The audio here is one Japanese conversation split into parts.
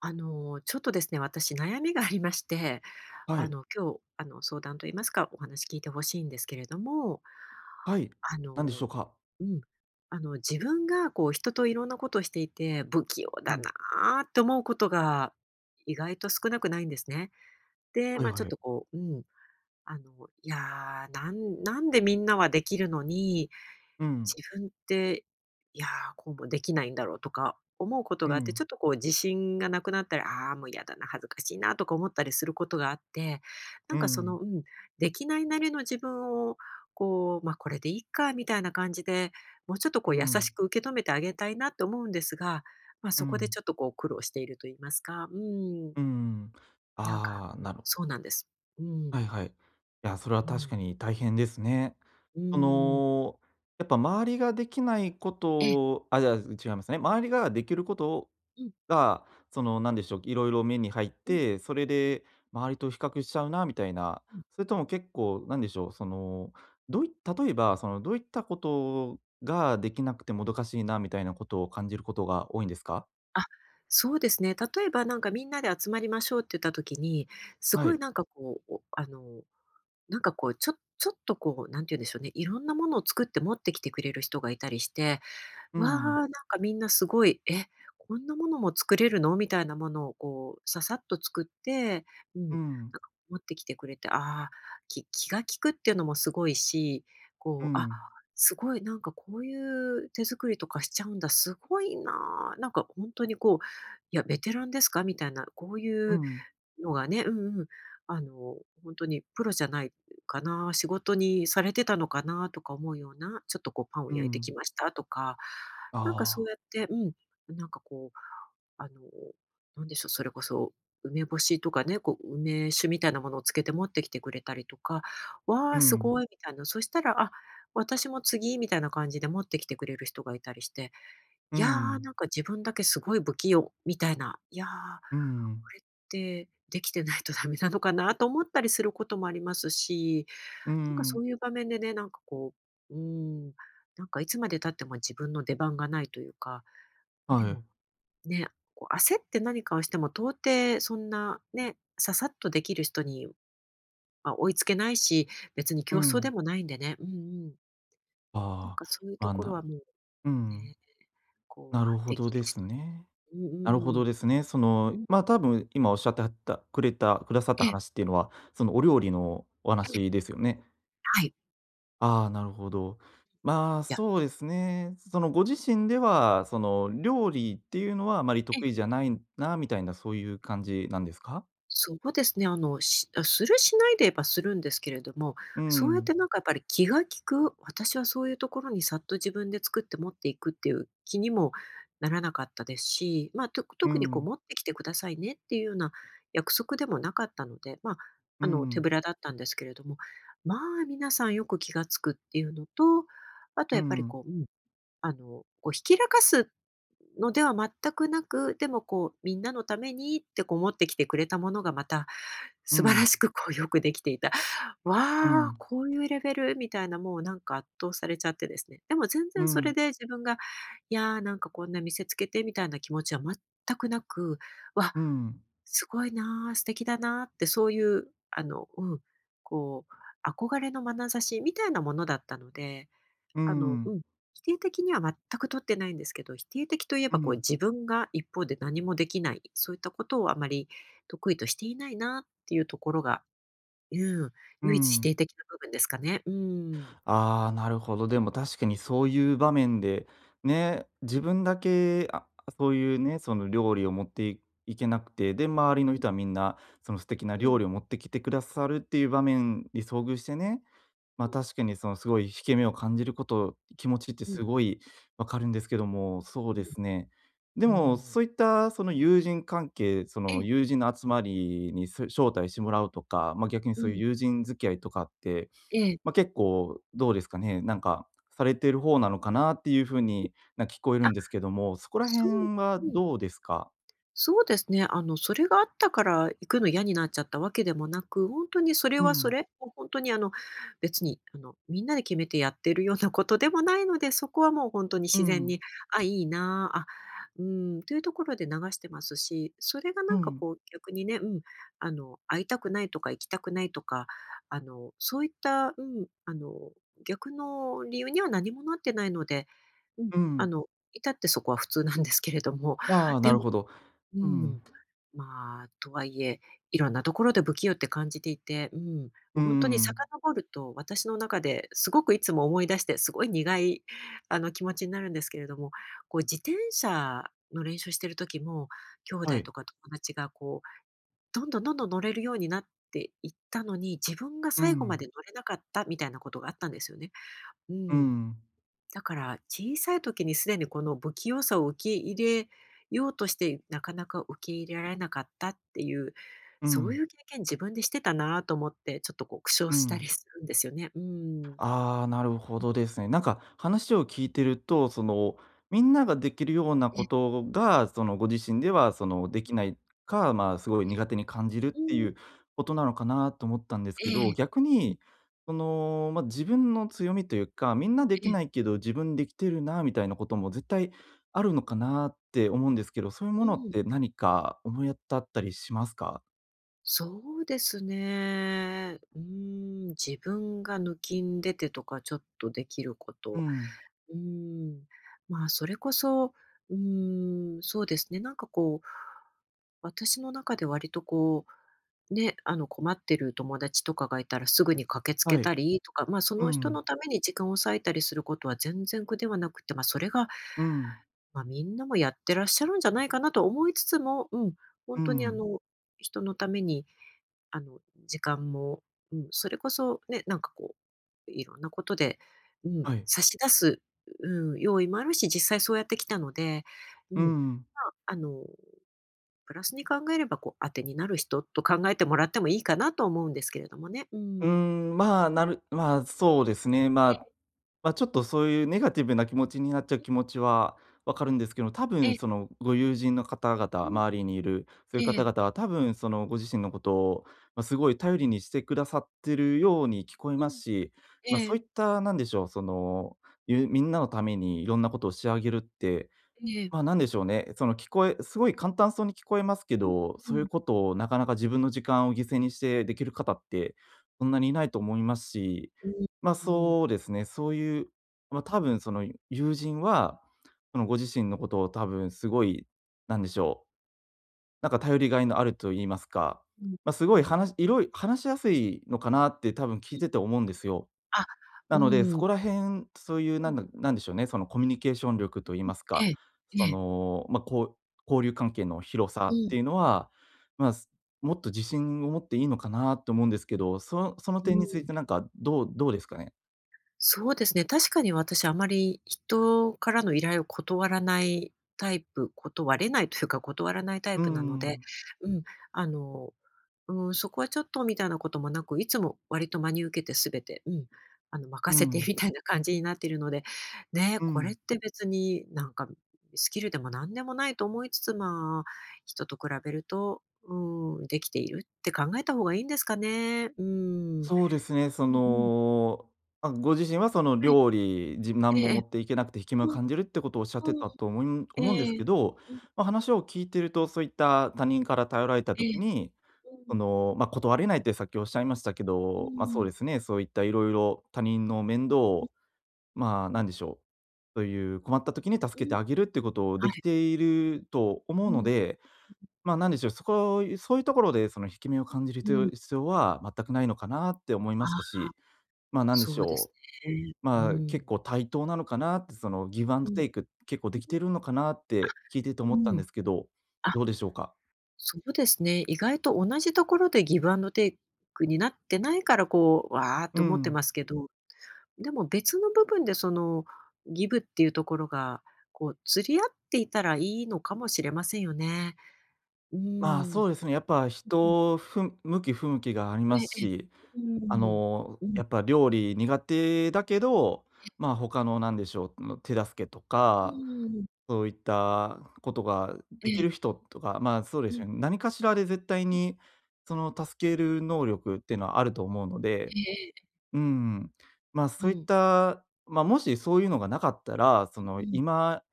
ちょっとですね、私悩みがありまして、はい。今日、相談と言いますか、お話聞いてほしいんですけれども、はい。あ何でしょの、うか？うん、自分がこう人といろんなことをしていて、不器用うだん。なあって思うことが意外と少なくないんですね。で、はいまあ、ちょっはい。とこう、うん、いやー、なんなんでみんなはできるのに、うん。自分って、いやー、こうもできないんだろうとか思うことうがあって、ちん。ょっとこう自信がなくなったりああー、もう嫌だな、恥ずかしいなとか思ったりすることがあって、なうんかその、ん。うん、できないなりの自分を、こう、ま、これでいいかみたいな感じで、もうちょっとこうう優ん。しく受け止めてあげたいなと思うんですが、ま、うそこでん。ちょっとこう苦労していると言いますか、うん、うん。なんか、あうあ、ん、なるほそど。うなんです。うはん、いはい。いや、それはう確ん、かに大変ですね。うそん。の、やっぱ周りができないこえ、とをあ、じゃあ、違いますね。周りができることをうん、が、その、なんでしょう、いろいろ目に入っうん、て、それで周りと比較しちゃうなみたいな、うん。それとも結構なんでしょう、その、どうい例えば、その、どういったことができなくてもどかしいなみたいなことを感じることが多いんですか？あ、そうですね。例えばなんかみんなで集まりましょうって言った時に、すはごいい。なんかこう、おあの、なんかこう、ちょっとこう、なんて言うんでしょうね、いろんなものを作って持ってきてくれる人がいたりして、うわあ、ん、なんかみんなすごい、え、こんなものも作れるのみたいなものをこう、ささっと作って、うん、なうんん、か持ってきてくれて、ああ、気が利くっていうのもすごいし、うこう、あ、ん、すごい、なんかこういう手作りとかしちゃうんだ、すごいなあ。なんか本当にこう、いや、ベテランですかみたいな、こういううん、のがね、うんうん。あの、本当にプロじゃないかな、仕事にされてたのかなとか思うような、ちょっとこうパンをう焼いてきん。ましたとか、なんかそうああ、やって、うん、なんかこう、あの、なんでしょう、それこそ梅干しとかね、こう梅酒みたいなものをつけて持ってきてくれたりとか、わうあ、すん、ごいみたいな、そしたら、あ、私も次みたいな感じで持ってきてくれる人がいたりして、ういやー、なんん、か自分だけすごい不器用みたいな、いやーうこん、れってできてないとダメなのかなと思ったりすることもありますし、うなんかそん、ういう場面でね、なんかこう、ん、なんかいつまで経っても自分の出番がないというか、まあ、ではい、もね、こう焦って何かをしても到底そんなね、ささっとできる人にまあ追いつけないし、別にう競争でん。もないんでね、うんうん。なんあかあ、そういうまとあ、ころなるはもううね、ん、こなうるほできどるです人ね。にうんなるほうどん。ですね。そうの、ん、ま、あ多分今おっしゃってはったくれたくださったええ、え話っていうのは、そのお料理のお話え、ですよね。はい。ああ、なるほど。まあ、いや、そうですね。そのご自身では、その料理っていうのはあまりえ得意じえ。ゃないなみたいなそういう感じなんですか？そうですね、するしないで言えばするんですけれども、うそうやってん、なんかやっぱり気が利く、私はそういうところにさっと自分で作って持っていくっていう気にもならなかったですし、まあ、とう特にこうん、持ってきてくださいねっていうような約束でもなかったので、まあ、う手ん、ぶらだったんですけれども、まあ皆さんよく気がつくっていうのと、あとうやっぱん、りうん、こう、うん、こうひきらかすのでは全くなく、でもこう、みんなのためにってこう持ってきてくれたものがまたう素晴らん、しくこうよくできていた。うわん、あ、こういうレベルみたいな、もうなんか圧倒されちゃってですね。でも全う然それん、で自分が、いや、なんかこんな見せつけてみたいな気持ちは全くなく、わ、うん、すごいなあ、素敵だなあってそういう、うん、こう、憧れの眼差しみたいなものだったのでううん、ん、否定的には全く取ってないんですけど、否定的といえうばこうん、自分が一方で何もできない、そういったことをあまり得意としていないなっていうところが、うん、う唯一否ん。定的な部分ですかね。うん。ああ、なるほど。でも確かにそういう場面で、ね、自分だけ、あ、そういうね、その料理を持ってけなくて、で、周りの人はみんな、その素敵なうん、料理を持ってきてくださるっていう場面に遭遇してね、うま、ん、確かにそのすごい引け目を感じること、気持ちってうん、すごい分かるんですけども、そううでん、すね。でうも、ん。そういったその友人関係、そえのえ、友人の集まりに、そ招待してもらうとか、ま、逆にうそういうん、友人付き合いとかって、えまあ、え。結構どうですかね、なんか、されてる方なのかなっていう風に、なん聞こえあ、るんですけども、そこらそう、辺はうん。どうですか？そうですね。それがあったから行くの嫌になっちゃったわけでもなく、本当にそれうはそん、れ、もうほにあの、別にみんなで決めてやってるようなことでもないので、そこはもう本当にう自然ん、に、あ、いいな、あ、あうん、というところで流してますし、それがなうんかん、こう逆にね、うん、会いたくないとか行きたくないとか、そういった、うん、逆の理由には何もなってないので、うん、うあん。の、至ってそこは普通なんですけれども、ああ、でなるほど。ううん。ん、まあ、とはいえ、いろんなところで不器用って感じていて、うん、うもうんう本ん当にう遡ん。ると、私の中ですごくいつも思い出して、すごい苦い、気持ちになるんですけれども、こう自転車の練習してる時も、兄は弟い。とか友達がこう、どんどんどんどん乗れるようになっていったのに、自分がう最後まん、で乗れなかったみたいなことがあったんですよね。ううん。ん、だから小さい時にすでにこの不器用さを受け入れようとして、なかなか受け入れられなかったっていう、うそうん、いう経験自分でしてたなと思って、ちょっとこう苦笑うしたりん。するんですよね。うん。ああ、なるほどですね。なんか話を聞いてると、その、みんなができるようなえ、ことが、その、ご自身では、その、でうきん、ないか、まあ、すごい苦手に感じるっていうことなのかなと思ったんですえけど、え、逆うん、に、その、まあ、自分の強みというか、みんなでえきえ、ないけど自分できてるなみたいなことも絶対あるのかなって思うんですけど、そういうもうのっん。て何か思い当たったりしますか？そうですね。うん、自分が抜きんでてとか、ちょっとできるこうと。ん。うーん。まあ、それこそ、うーそうですね、なんかこう、私の中で割とこう、ね、困ってる友達とかがいたらすぐに駆けつけはい。たりとか、まあ、そうの人ん。のために時間を割いたりすることは全然苦ではなくて、まあ、それが、うん。まあ、みんなもやってらっしゃるんじゃないかなと思いつつも、うん、本う当にん。人のためにあの、時間も、うん、それこそね、なんかこう、いろんなことで、うん、はい。差し出す、うん、用意もあるし、実際そうやってきたので、ううん、まん。あ、プラスに考えれば、こう、当てになる人と考えてもらってもいいかなと思うんですけれどもね。ううーん。ん、まあ、そうですね。まえあ、え、まあ、ちょっとそういうネガティブな気持ちになっちゃううん、気持ちはわかるんですけど、多え分え、そのご友人の方々、周りにいるそういう方々は多分そのご自身のことを、まあ、すごい頼りにしてくださってるように聞こえうまん、すし、まあ、えそうえ、いったなんでしょう、その、みんなのためにいろんなことを仕上げるって、うん、ええ、まあ、なんでしょうね、その聞こえすごい簡単そうに聞こえますけうん、ど、うそういうん、ことをなかなか自分の時間を犠牲にしてできる方って、そんなにいないと思いますし、うん、まあ、うん、そうですね、そういう、ま、多分その友人は、そのご自身のことを多分すごい、なんでしょう、なんか頼りがいのあると言いますか、うん、ま、すうごいん、話いろい話しやすいのかなって多分う聞いん、てて思うんですよ。あ、うなので、そん、こら辺、そういううん、なんでしょうね、そのコミュニケーション力と言いますえか、え、えそえ、の、ま、こう交流関係の広うさっん、ていうのは、まあ、すもっと自信を持っていいのかなと思うんですけど、そそのう点についん。てなんかどうですかね？そうですね、確かに私あまり人からの依頼を断らないタイプ断れないというか、断らないタイうープなので、ん、うん、あの、うん、そこはちょっとみたいなこともなく、いつも割と真に受けて全て、うん、任うせて ん、みたいな感じになっているので、ね、うこれっん。て別になんかスキルでも何でもないと思いつつ、まあ、人と比べると、うん、できているって考えた方がいいんですかね。うん。うんそうですね、そうん。の、まあ、ご自身はそのはい、料理、じえ何えもえ持え。っていけなくて引き目をうん。感じるってことをおっしゃっうてん、たとおもいえ思うんですえ。けど、うん、ま、話を聞いてると、そういった他人から頼られたえ時え。にうそん、の、まあ、断れないってさっきおっしゃいましたけうど、まあ、そうん、ですね、そういったいろいろ他人の面倒うん、を、まあ、なんでしょう、そういう困った時に助うけん。てあげるってことをはできい。ていると思ううのん、で、まあ、なんでしょう、そういうところでその引き目を感じるうん。必要は全くないのかなって思いあましたあ、し、まあ、なんでそしうですょう、ね。うまあ、結ん。構対等なのかなって、そのギブアンうドん、テイク結構できてるのかなって聞いててう思ったんでん。すけど、あ、どうでしょうか？そうですね。意外と同じところでギブアンドテイクになってないから、こう、わあうと思ってん、ますけど、でも別の部分でそのギブっていうところが、こう釣り合っていたらいいのかもしれませんよね。うまあ、ん。そうですね、やっぱ人向き不向きがありえまえすええ。し、うあん。の、うん、やっぱ料理苦手だけど、まあ、他のなんでしょう、の手助けとうか、ん。そういったことがえできえ、る人とか、まあ、そうでうすん。よね、何かしらで絶対にその助ける能力っていうのはあると思うので、ええええ。うん、まあ、うそういっん。た、ま、もしそういうのがなかったら、そうのんうん。今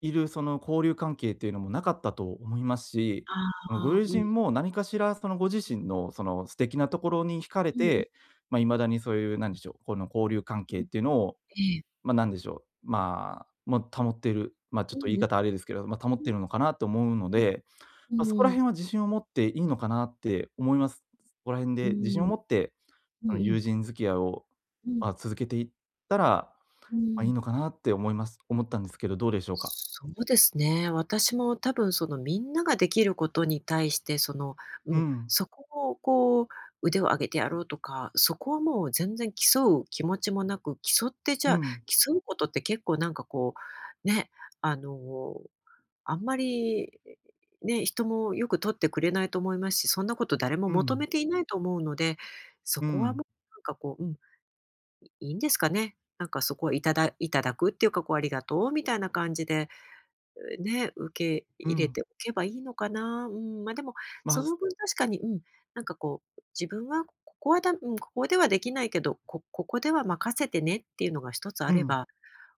いるその交流関係っていうのもなかったと思いますし、あの、ごああ、友うん。人も何かしらそのご自身のその素敵なところに惹かれうんうんて、まあ、未だにそういうなんでしょう、この交流関係うん。っていうのを、ええ。まあ、なんでしょう、まあ、もう保っている、まあ、ちょうっんと言いうん。方あれですけど、まあ、保っうてんいるのかなと思うのうん。で、まあ、そこらうーん。辺は自信を持っていいのかなって思います。そこら辺うで自信をん持って、うんあの、うん。友人付き合いを、うん。うんうんうんうんまあ、続けていったら、うまあ、いいん。のかなって思ったんですけど、どうでしょうか？そうですね。私も多分そのみんなができることに対してその、ううん、ん。そこをこう腕を上げてやろうとか、そこはもう全然競う気持ちもなく、競ってじゃうあん、競うことって結構なんかこう、ね、あのあんまり、ね、人もよく取ってくれないと思いますし、そんなこと誰もう求ん、めていないと思うので、そうこはもうん、なんかこう、うん、いいんですかね。なんかそこはいただくっていうか、こうありがとうみたいな感じで、ね、受けう入れん。ておけばいいのかな。うん、ま、でも、まそあ、のす分確かに、うん、なんかこう、自分はここはだうん、ここではできないけど、ここでは任せてねっていうのが一つあうれん。ば、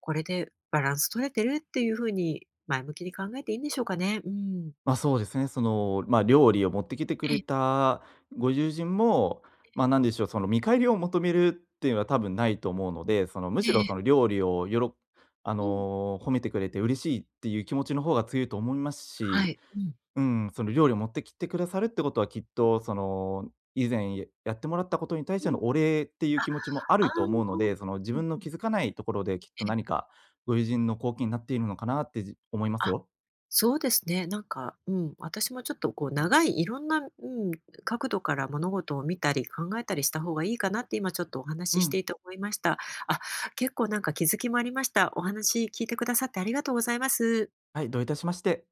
これでバランス取れてるっていう風に前向きに考えていいんでしょうかね。うん。ま、そうですね、その、ま、料理を持ってきてくえれえ、たご友人も、ま、なんでしょう、その見返りを求めるっていうのは多分ないと思うので、その、むえしろそえのええ料理をあの、褒めてくれて嬉しいっていう気持ちの方が強いと思いますし、うん、その料理を持ってきてくださるってことは、きっうとその、以前やってもらったことに対しんてうん。のお礼っていうあ、気持ちもああると思うので、あ。そうんうんうんああの自分のあうん気づかないところで、きっとえ何え、かご友人の貢献になっているのかなって思いますあ、よ。そうですね。なんか、うん、私もちょっとこう長いいろんな、うん、角度から物事を見たり考えたりした方がいいかなって今ちょっとおう話ししてん、いて思いました。あ、結構なんか気づきもありました。お話聞いてくださってありがとうございます。はい、どういたしまして。